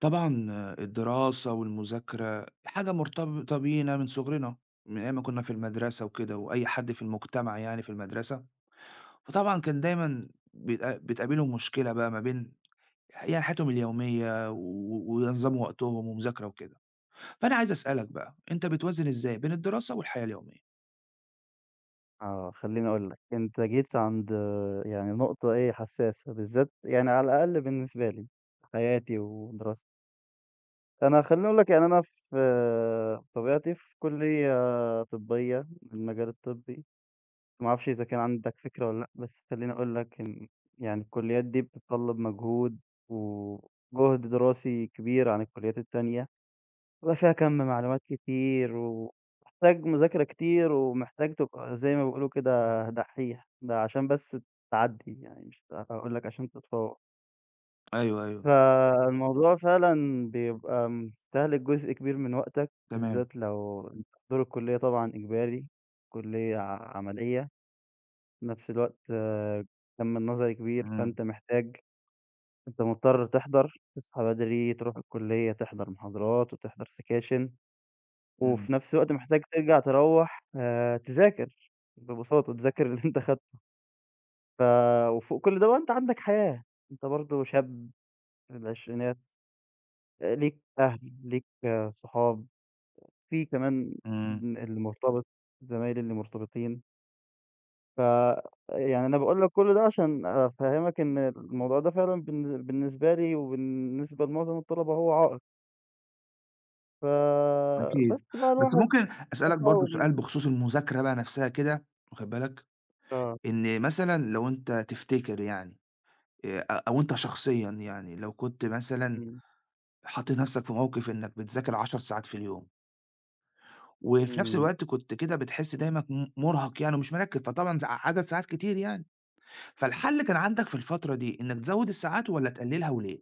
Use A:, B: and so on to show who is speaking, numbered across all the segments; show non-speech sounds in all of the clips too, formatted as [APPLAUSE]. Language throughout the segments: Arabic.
A: طبعًا آه، الدراسة والمذاكرة حاجة مرتبطة بينا من صغرنا، من أيام ما كنا في المدرسة وكده، وأي حد في المجتمع يعني في المدرسة، فطبعًا كان دايمًا بتقابلهم مشكلة بقى ما بين يعني حياتهم اليومية وينظموا وقتهم ومذاكرة وكده، فأنا عايز أسألك بقى أنت بتوازن إزاي بين الدراسة والحياة اليومية؟
B: خلّيني أقول لك، أنت جيت عند نقطة حساسة، بالذات يعني على الأقل بالنسبة لي، حياتي ودراستي. أنا خلّيني أقول لك يعني أنا في طبيعتي في كلية طبية، المجال الطبي، ما أعرفش إذا كان عندك فكرة والّا لأ، بس خلّيني أقول لك إن يعني الكليات دي بتتطلّب مجهود وجهد دراسي كبير عن الكليات التانية. والله فيها كَم معلومات كتير، ومحتاج مذاكرة كتير، ومحتاج تبقى زي ما بيقولوا كده دحّيح، ده عشان بس تعدّي يعني مش هاقول لك عشان تتفوّق.
A: أيوه، أيوه.
B: فالموضوع فعلًا بيبقى مستهلك جزء كبير من وقتك،
A: تمام.
B: بالذات لو أنت حضور الكلية طبعًا إجباري، كلية عملية، في نفس الوقت كَم النظري كبير،
A: إمم.
B: فأنت محتاج أنت مضطر تحضر، تصحى بدري، تروح الكلية، تحضر محاضرات وتحضر سكاشن.
A: إمم.
B: وفي نفس الوقت محتاج ترجع تروّح تذاكر، ببساطة تذاكر اللي أنت خدته، ف وفوق كل ده بقى أنت عندك حياة، أنت برضه شاب في العشرينات، ليك أهل، ليك صحاب، في كمان
A: إمم.
B: ابن اللي مرتبط، زمايلي اللي مرتبطين، ف يعني أنا باقول لك كل ده عشان أفهّمك إن الموضوع ده فعلًا بالنسبة لي وبالنسبة لمعظم الطلبة هو عائق، ف
A: أكيد.
B: بس بقى
A: بس
B: الواحد
A: ممكن أسألك برضه
B: بيحاول
A: سؤال
B: ي
A: بخصوص المذاكرة بقى نفسها كده، واخد بالك؟
B: آه،
A: إن مثلًا لو أنت تفتكر يعني أ أو أنت شخصيًا يعني لو كنت مثلًا
B: إمم،
A: حاطط نَفْسك في موقِف إنّك بتذاكر 10 ساعات في اليوم، وفي نَفْس
B: إمم.
A: الوقت كنت كده بتحس دايمًا مُرهَق يعني ومش مركِّز، فطبعًا عدد ساعات كتير يعني، فالحَل كان عندك في الفترة دي إنّك تزوِّد الساعات والّا تقلِّلها وليه؟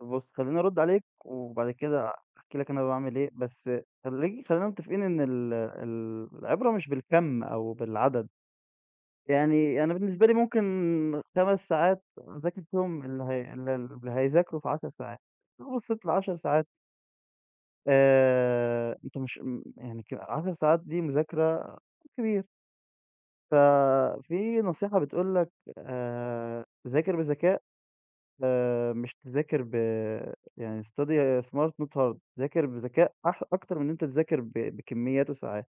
B: بُص، خلّيني أرُدّ عليك وبعد كده أحكي لك أنا باعمل إيه، بس خلّيك خلّينا متفقين إن ال العبرة مش بالكَم أو بالعدد، يعني أنا بالنسبة لي ممكن 5 ساعات أذاكر فيهم اللي هي اللي اللي هيذاكروا في 10 ساعات، لو بصّيت ل10 ساعات أنت مش م يعني ك 10 ساعات دي مذاكرة كبير، ففي نصيحة بتقول لك ذاكر بذكاء مش تذاكر يعني study smart not hard ذاكر بذكاء أكتر من إن أنت تذاكر بكميات وساعات.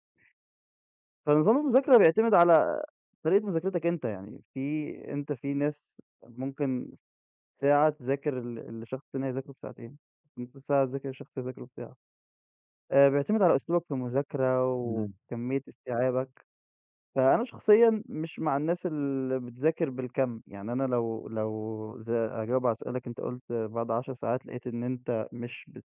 B: فنظام المذاكرة بيعتمد على طريقة مذاكرتك أنت، يعني في أنت في ناس ممكن ساعة تذاكر اللي الشخص التاني هيذاكره في ساعتين، نص ساعة تذاكر الشخص هيذاكره في ساعة. بيعتمد على أسلوبك في المذاكرة
A: إمم.
B: وكمية استيعابك. فأنا شخصيًا مش مع الناس اللي بتذاكر بالكَم، يعني أنا لو هاجاوب على سؤالك أنت قُلت بعد 10 ساعات لقيت إن أنت مش بت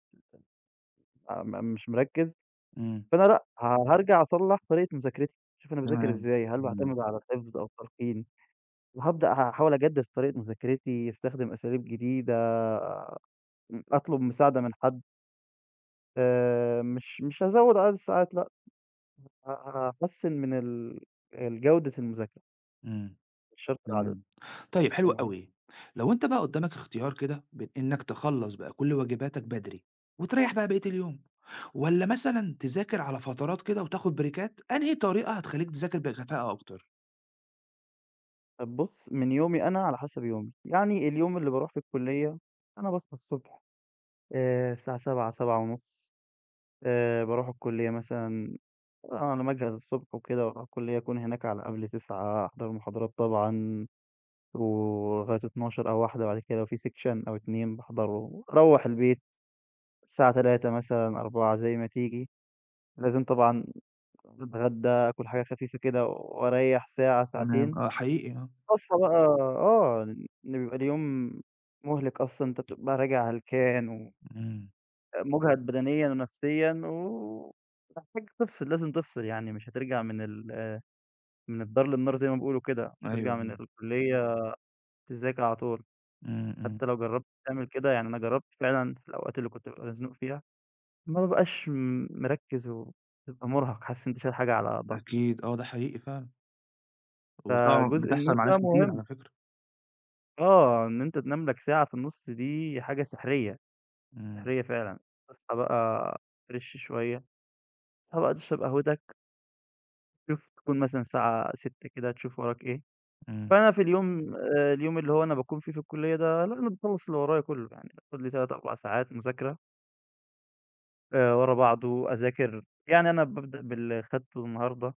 B: آه، مش مركّز،
A: إمم.
B: فأنا لأ، هارجع أصلّح طريقة مذاكرتي، أشوف أنا باذاكر
A: تمام.
B: إزاي، هل
A: إمم.
B: باعتمد على الحفظ أو التلقين، هاحاول أجدّد طريقة مذاكرتي، أستخدم أساليب جديدة، أطلب مساعدة من حد، مش هازوّد عدد الساعات لأ، ه هاحسّن من ال جودة المذاكرة،
A: إمم.
B: مش شرط العدد.
A: تمام. طيب حلو أوي. لو أنت بقى قُدّامك اختيار كده بين إنّك تخلّص بقى كل واجباتك بدري وتريّح بقى بقية اليوم والّا مثلًا تذاكر على فترات كده وتاخد بريكات، أنهي طريقة هتخلّيك تذاكر بكفاءة أكتر؟
B: بُص، من يومي أنا على حسب يومي، يعني اليوم اللي باروح في الكلية أنا باصحى الصبح الساعة 07:00 07:30 باروح الكلية مثلًا على ما أجهز الصبح وكده وأروح الكلية أكون هناك على قبل 09:00 أحضر محاضرات طبعًا ولغاية 12:00 أو 13:00 بعد كده لو في سيكشن أو 2 باحضره، أروّح البيت الساعة 15:00 مثلًا 16:00 زي ما تيجي، لازم طبعًا أتغدى، آكل حاجة خفيفة كده وأريّح ساعة، ساعتين.
A: تمام، آه حقيقي آه.
B: الطاسة بقى آه، إن بيبقى اليوم مُهلِك أصلًا، أنت بتبقى راجع هلكان
A: إمم.
B: ومُجهد بدنيًا ونفسيًا ومحتاج تفصل، لازم تفصل يعني، مش هترجع من من الدار للنار زي ما بيقولوا كده، مش
A: أيوه،
B: هترجع
A: أيوه.
B: من الكلية تذاكر على طول،
A: إمم. إمم.
B: حتى لو جرّبت تعمل كده يعني أنا جرّبت فعلًا في الأوقات اللي كنت بابقى مزنوق فيها، ما بابقاش مركّز وبتبقى مُرهَق، حاسس إن أنت شايل حاجة على ضهرك،
A: أكيد آه، ده حقيقي فعلًا، وطبعًا
B: فجزء النوم
A: بتحصل مع
B: ده
A: ناس كتير
B: مهم،
A: على فكرة.
B: آه، إن أنت تنام لك ساعة في النُص دي حاجة سحرية.
A: إمم.
B: سحرية فعلًا، تصحى بقى فريش شوية، تصحى بقى تشرب قهوتك، تشوف تكون مثلًا الساعة 18:00 كده تشوف وراك إيه،
A: إمم.
B: فأنا في اليوم اليوم اللي هو أنا باكون فيه في الكلية ده، لأ أنا باخلّص اللي ورايا كلّه، يعني باخد لي 3، 4 ساعات مذاكرة ورا بعضه، أذاكر يعني أنا بابدأ باللي خدته النهارده،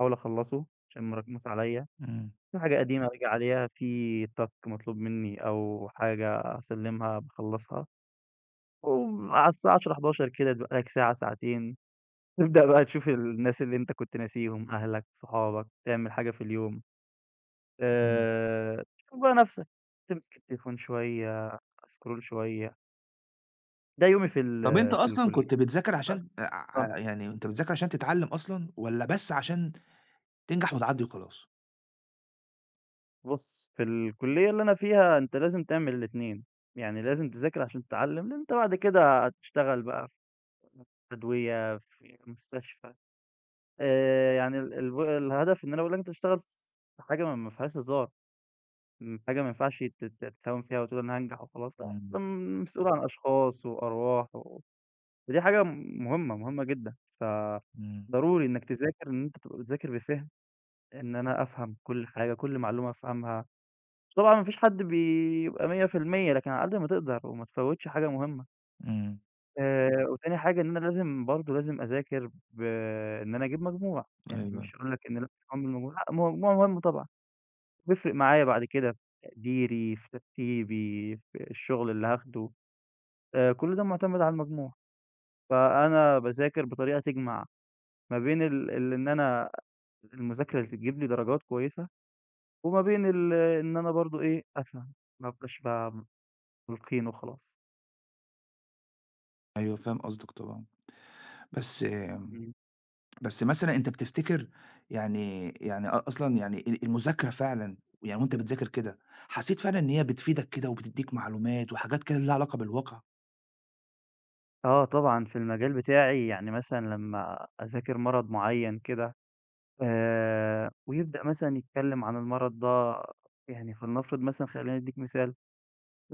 B: أحاول أخلّصه عشان مراكموس عليَّ،
A: إمم.
B: في حاجة قديمة أراجع عليها، في task مطلوب مني أو حاجة أسلّمها باخلّصها، وعلى الساعة 22:00، 23:00 كده بيبقى لك ساعة، ساعتين تبدأ بقى تشوف الناس اللي أنت كنت ناسيهم، أهلك، صحابك، تعمل حاجة في اليوم،
A: إمم.
B: تشوف بقى نَفْسك، تمسك التليفون شوية، scroll شوية، ده يومي في
A: طب أنت
B: في
A: أصلًا كنت
B: الكلية.
A: بتذاكر عشان
B: آه،
A: ع يعني أنت بتذاكر عشان تتعلم أصلًا، والّا بس عشان تنجح وتعدّي وخلاص؟
B: بُص، في الكلية اللي أنا فيها أنت لازم تعمل الاتنين، يعني لازم تذاكر عشان تتعلم، لأن أنت بعد كده هتشتغل بقى في أدوية، في مستشفى، يعني ال الو الهدف إن أنا باقول لك أنت تشتغل في حاجة ما فيهاش هزار. إمم، حاجة ما ينفعش ت ت تتهاون فيها وتقول أنا هانجح وخلاص لأ، أنت
A: إمم.
B: مسؤول عن أشخاص وأرواح ودي حاجة مهمة، مهمة جدًا،
A: إمم.
B: فضروري إنك تذاكر إن أنت تبقى بتذاكر بفِهم، إن أنا أفهم كل حاجة، كل معلومة أفهمها، طبعًا ما فيش حد بيبقى 100% لكن على قد ما تقدر وما تفوّتش حاجة مهمة،
A: إمم.
B: وتاني حاجة إن أنا لازم برضه لازم أذاكر بإن أنا أجيب مجموع، يعني
A: أيوه،
B: مش هاقول لك إن لأ مجموع لأ، مجموع مهم طبعًا. بيفرق معايا بعد كده في تقديري، في ترتيبي، في الشغل اللي هاخده، كل ده مُعتمد على المجموع، فأنا باذاكر بطريقة تجمع ما بين ال إن أنا المذاكرة اللي تجيب لي درجات كويسة، وما بين ال إن أنا برضه إيه، أفهم، ما أبقاش ملقين وخلاص.
A: أيوه فاهم قصدك طبعًا. بس
B: إمم.
A: بس مثلًا أنت بتفتكر يعني أصلًا يعني المذاكرة فعلًا يعني وأنت بتذاكر كده، حسيت فعلًا إن هي بتفيدك كده وبتدّيك معلومات وحاجات كده ليها علاقة بالواقع؟
B: آه طبعًا في المجال بتاعي يعني مثلًا لمّا أذاكر مرض معيّن كده ويبدأ مثلًا يتكلم عن المرض ده يعني فلنفرض مثلًا خلّيني أدّيك مثال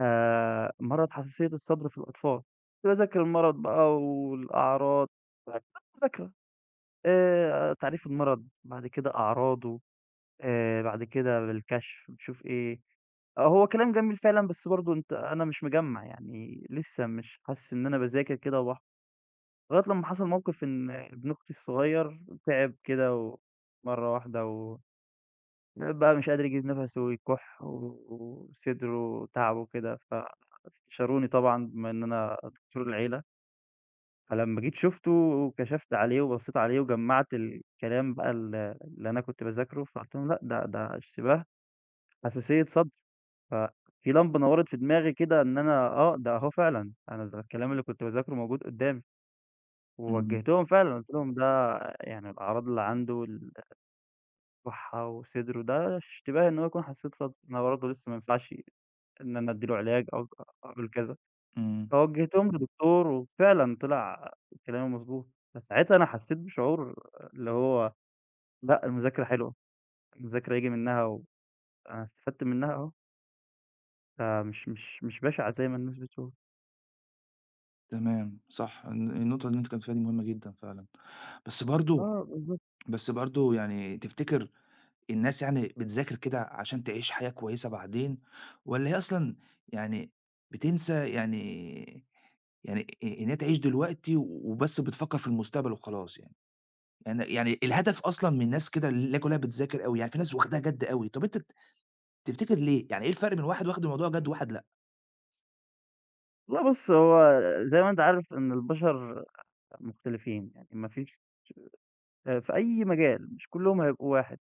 B: مرض حساسية الصدر في الأطفال، كنت باذاكر المرض بقى والأعراض بعد كده مذاكرة تعريف المرض، بعد كده أعراضه، بعد كده بالكشف نشوف إيه، آه، هو كلام جميل فعلًا بس برضه أنت أنا مش مجمّع يعني لسه مش حاسس إن أنا باذاكر كده وباحفظ، لغاية لمّا حصل موقف إن ابن أختي الصغير تعب كده مرة واحدة بقى مش قادر يجيب نَفَسه ويكُح وصدره تعبه كده، فاستشاروني طبعًا بما إن أنا دكتور العيلة، فلمّا جيت شُفته وكشفت عليه وبصّيت عليه وجمّعت الكلام بقى اللي أنا كنت باذاكره، فقُلت لهم لأ ده اشتباه حساسية صدر، ففي لمبة نوّرت في دماغي كده إن أنا آه، ده أهو فعلًا أنا ده الكلام اللي كنت باذاكره موجود قدّامي،
A: اهم.
B: ووجّهتهم فعلًا قُلت لهم ده يعني الأعراض اللي عنده الكُحّة وصدره ده اشتباه إن هو يكون حساسية صدر، أنا برضه لسه ما ينفعش إن أنا أدّي له علاج أو أعمل كذا،
A: إمم.
B: فوجّهتهم لدكتور وفعلًا طلع كلامي مضبوط، فساعتها أنا حسّيت بشعور اللي هو لأ، المذاكرة حلوة، المذاكرة ييجي منها وأنا استفدت منها أهو، فمش مش مش بشعة زي ما الناس بتقول.
A: تمام. صح. النقطة اللي أنت اتكلمت فيها دي مهمة جدًا فعلًا، بس برضه
B: آه بالضبط.
A: بس برضه يعني تفتكر الناس يعني بتذاكر كده عشان تعيش حياة كويسة بعدين، والّا هي أصلًا يعني بتنسى يعني إن هي تعيش دلوقتي وبس بتفكر في المستقبل وخلاص يعني؟ يعني الهدف أصلًا من ناس كده اللي هي كلّها بتذاكر أوي، يعني في ناس واخداها جَد أوي، طَب أنت تفتكر ليه؟ يعني إيه الفرق بين واحد واخد الموضوع جَد وواحد لأ؟
B: والله بُص، هو زي ما أنت عارف إن البشر مختلفين، يعني ما فيش في أي مجال، مش كلّهم هيبقوا واحد،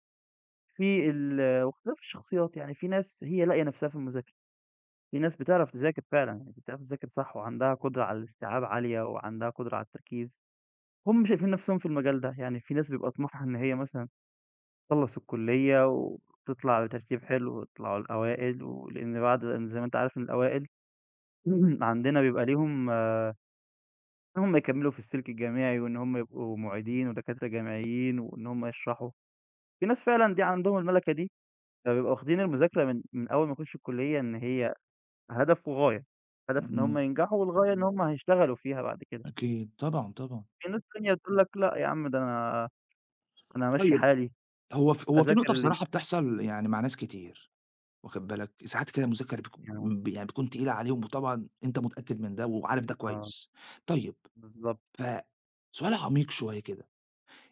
B: في واختلاف الشخصيات، يعني في ناس هي لاقية نَفْسها في المذاكرة. في ناس بتعرف تذاكر فعلًا، يعني بتعرف تذاكر صح وعندها قدرة على الاستيعاب عالية وعندها قدرة على التركيز، هم شايفين نفسهم في المجال ده، يعني في ناس بيبقى طموحها إن هي مثلًا تخلّص الكلية وتطلع بترتيب حلو ويطلعوا الأوائل، ولإن بعد إن زي ما أنت عارف إن الأوائل [CLEARS THROAT] عندنا بيبقى ليهم آه، إن هم يكمّلوا في السلك الجامعي وإن هم يبقوا معيدين ودكاترة جامعيين وإن هم يشرحوا، في ناس فعلًا دي عندهم المَلَكة دي، فبيبقوا واخدين المذاكرة من أول ما يخشّوا الكلية إن هي هدف وغاية، هدف إن
A: إمم.
B: هم ينجحوا والغاية إن هم هيشتغلوا فيها بعد كده،
A: أكيد. طبعًا، طبعًا.
B: في ناس تانية بتقول لك لأ يا عم ده أنا هامشّي
A: طيب
B: حالي،
A: هو في
B: هاذاكر
A: نقطة
B: اللي
A: بصراحة بتحصل يعني مع ناس كتير، واخد بالك، ساعات كده المذاكرة بتكو
B: [LAUGHS] يعني
A: ب يعني بتكون تقيلة عليهم وطبعًا أنت متأكد من ده وعارف ده
B: آه،
A: كويس. طيب
B: بالضبط،
A: ف سؤال عميق شوية كده،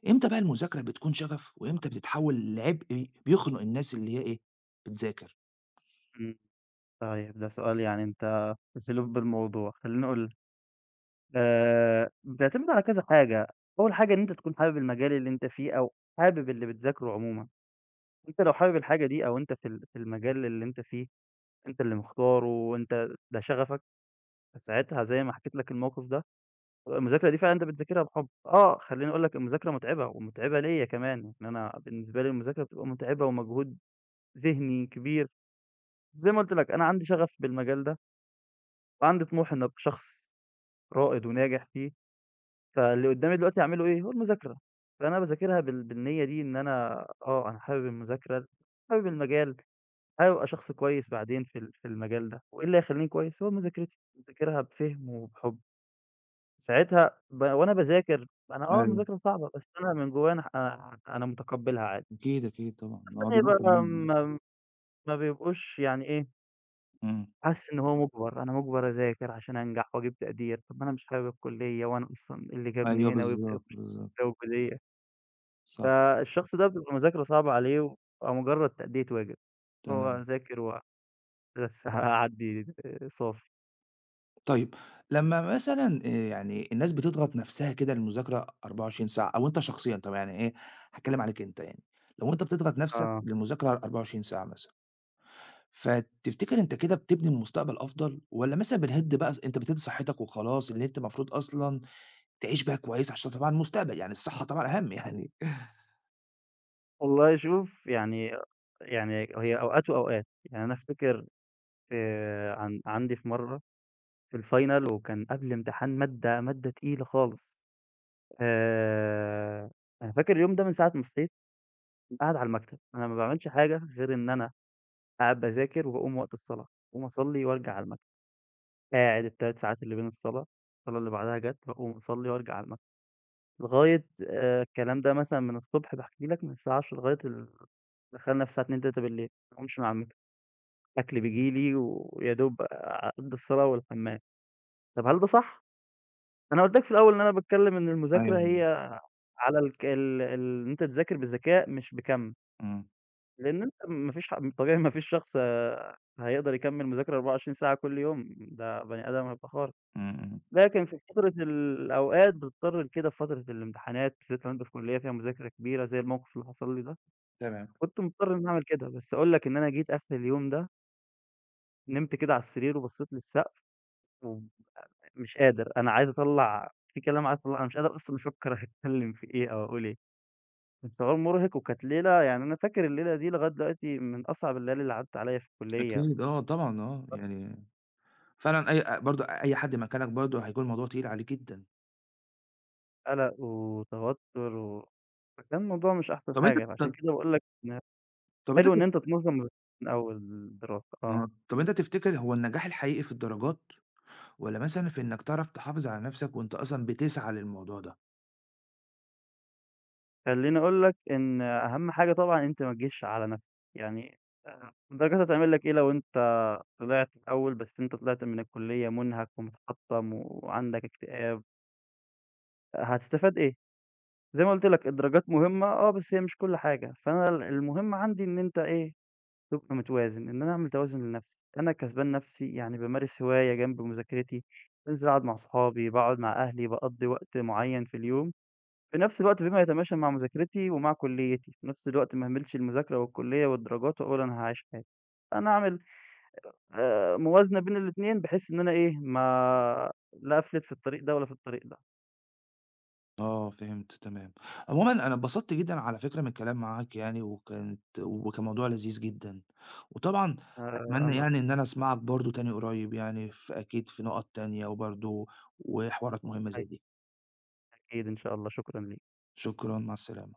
A: إمتى بقى المذاكرة بتكون شغف
B: آه،
A: وإمتى بتتحول لعبء بيخنق الناس اللي هي إيه، بتذاكر؟
B: إمم، طيب ده سؤال يعني أنت ألوف بالموضوع، خلّيني أقول لك بيعتمد على كذا حاجة، أول حاجة إن أنت تكون حابب المجال اللي أنت فيه أو حابب اللي بتذاكره عمومًا، أنت لو حابب الحاجة دي أو أنت في في المجال اللي أنت فيه، أنت اللي مختاره وأنت ده شغفك، فساعتها زي ما حكيت لك الموقف ده المذاكرة دي فعلًا أنت بتذاكرها بحُب. آه، خلّيني أقول لك المذاكرة مُتعبة ومُتعبة ليّا كمان، إن أنا بالنسبة لي المذاكرة بتبقى مُتعبة ومجهود ذهني كبير. زي ما قُلت لك أنا عندي شغف بالمجال ده وعندي طموح إن أبقى شخص رائد وناجح فيه، فاللي قُدّامي دلوقتي أعمله إيه، هو المذاكرة. فأنا باذاكرها بالنيّة دي إن أنا آه، أنا حابب المذاكرة، حابب المجال، حابب أبقى شخص كويس بعدين في في المجال ده، وإيه اللي هيخلّيني كويس، هو مذاكرتي. باذاكرها بفِهم وبحُب. ساعتها وأنا باذاكر أنا آه
A: أيوه.
B: المذاكرة صعبة، بس أنا من جوايا أنا متقبّلها عادي،
A: أكيد، أكيد طبعًا.
B: ناس
A: آه، دي
B: تانية
A: نقطة
B: بقى
A: مهمة.
B: ما بيبقوش يعني إيه،
A: إمم.
B: حاسس إن هو مُجبَر، أنا مُجبَر أذاكر عشان أنجح وأجيب تقدير، طَب ما أنا مش حابب الكُلّية وأنا أصلًا إيه اللي
A: أيوه
B: جابني هنا ويبدأ
A: بالضبط،
B: يخش
A: بالضبط.
B: جو كُلّية،
A: صح.
B: فالشخص ده بتبقى المذاكرة صعبة عليه وبتبقى مُجرّد تأدية واجب، هو
A: تمام.
B: ذاكر بس [LAUGHS] هاعدّي صافي،
A: طيب لمّا مثلًا يعني الناس بتضغط نَفْسها كده للمذاكرة 24 ساعة أو أنت شخصيًا طبعًا يعني إيه، هاتكلّم عليك أنت يعني، لو أنت بتضغط نَفْسك
B: آه،
A: للمذاكرة 24 ساعة مثلًا، فتفتكر أنت كده بتبني مستقبل أفضل والّا مثلًا بتهِد بقى س أنت بتهِد صحّتك وخلاص، اللي أنت المفروض أصلًا تعيش بقى كويس عشان طبعًا المستقبل، يعني الصحة طبعًا أهَم يعني؟ [LAUGHS]
B: والله شوف يعني يعني هي أوقات وأوقات، يعني أنا أفتكر عندي في مرّة في الfinal وكان قبل امتحان مادة تقيلة خالص، آآ أنا فاكر اليوم ده من ساعة ما صحيت قاعد على المكتب، أنا ما باعملش حاجة غير إن أنا قاعد باذاكر وباقوم وقت الصلاة، باقوم أصلّي وأرجع على المكتب، قاعد ال3 ساعات اللي بين الصلاة، الصلاة اللي بعدها جات باقوم أصلّي وأرجع على المكتب، لغاية الكلام ده مثلًا من الصبح باحكي لك من الساعة 10:00 لغاية دخلنا في الساعة 02:00، 03:00 ما باقومش من على المكتب، أكل بييجي لي ويا دوب أقضّي الصلاة والحمام، طَب هل ده صح؟ أنا قُلت لك في الأول إن أنا باتكلّم إن المذاكرة
A: أيوه.
B: هي على الك ال ال إن أنت تذاكر بذكاء مش بكَم،
A: إمم.
B: لإن أنت ما فيش طبيعي ما فيش شخص آه، هيقدر يكمّل مذاكرة 24 ساعة كل يوم، ده بني آدم هيبقى خارق،
A: إمم. إمم.
B: لكن في فترة الأوقات بتضطر لكده في فترة الامتحانات، بالذات لو أنت في كلية فيها مذاكرة كبيرة زي الموقف اللي حصل لي ده،
A: تمام.
B: كنت مضطر إن أنا أعمل كده، بس أقول لك إن أنا جيت آخر اليوم ده، نمت كده على السرير وبصّيت للسقف ومش قادر، أنا عايز أطلّع في كلام عايز أطلّعه، أنا مش قادر أصلًا أفكّر هاتكلّم في إيه أو أقول إيه. انشغال مرهق وكانت ليلة يعني أنا فاكر الليلة دي لغاية دلوقتي من أصعب الليالي اللي عدت عليّا في الكلية،
A: أكيد آه طبعًا آه، يعني فعلًا أي أ برضه أي حد مكانك برضه هيكون الموضوع تقيل عليه جدًا.
B: قلق وتوتر فكان الموضوع مش أحسن
A: طب أنت
B: حاجة، فعشان
A: طب
B: كده باقول لك إن
A: طب أنت
B: حلو إن
A: تف
B: أنت تنظّم مذاكرتك من أول الدراسة آه.
A: آه. طب أنت تفتكر هو النجاح الحقيقي في الدرجات والّا مثلًا في إنك تعرف تحافظ على نفسك وأنت أصلًا بتسعى للموضوع ده؟
B: خلّيني أقول لك إن أهم حاجة طبعًا أنت ما تجيش على نفسك، يعني الدرجات هتعمل لك إيه لو أنت طلعت الأول بس أنت طلعت من الكلية مُنهك ومتحطّم وعندك اكتئاب، هتستفاد إيه؟ زي ما قُلت لك الدرجات مهمة آه، بس هي مش كل حاجة، فأنا المهم عندي إن أنت إيه، تبقى متوازن، إن أنا أعمل توازن لنفسي، أنا كسبان نفسي يعني بامارس هواية جنب مذاكرتي، بانزل أقعد مع صحابي، باقعد مع أهلي، باقضّي وقت معيّن في اليوم، في نفس الوقت بما يتماشى مع مذاكرتي ومع كليتي، في نفس الوقت ما اهملش المذاكرة والكلية والدرجات وأقول أنا هاعيش حياتي، أنا أعمل موازنة بين الاتنين بحيث إن أنا إيه، ما لا أفلت في الطريق ده ولا في الطريق ده،
A: آه فهمت تمام. عمومًا أنا اتبسطت جدًا على فكرة من الكلام معاك يعني وكان موضوع لذيذ جدًا. وطبعًا أتمنى
B: أنا
A: يعني إن أنا أسمعك برضه تاني قريب يعني في أكيد في نقط تانية وبرضه وحوارات مهمة زي دي.
B: أكيد إن شاء الله، شكرًا ليك.
A: شكرًا، مع السلامة.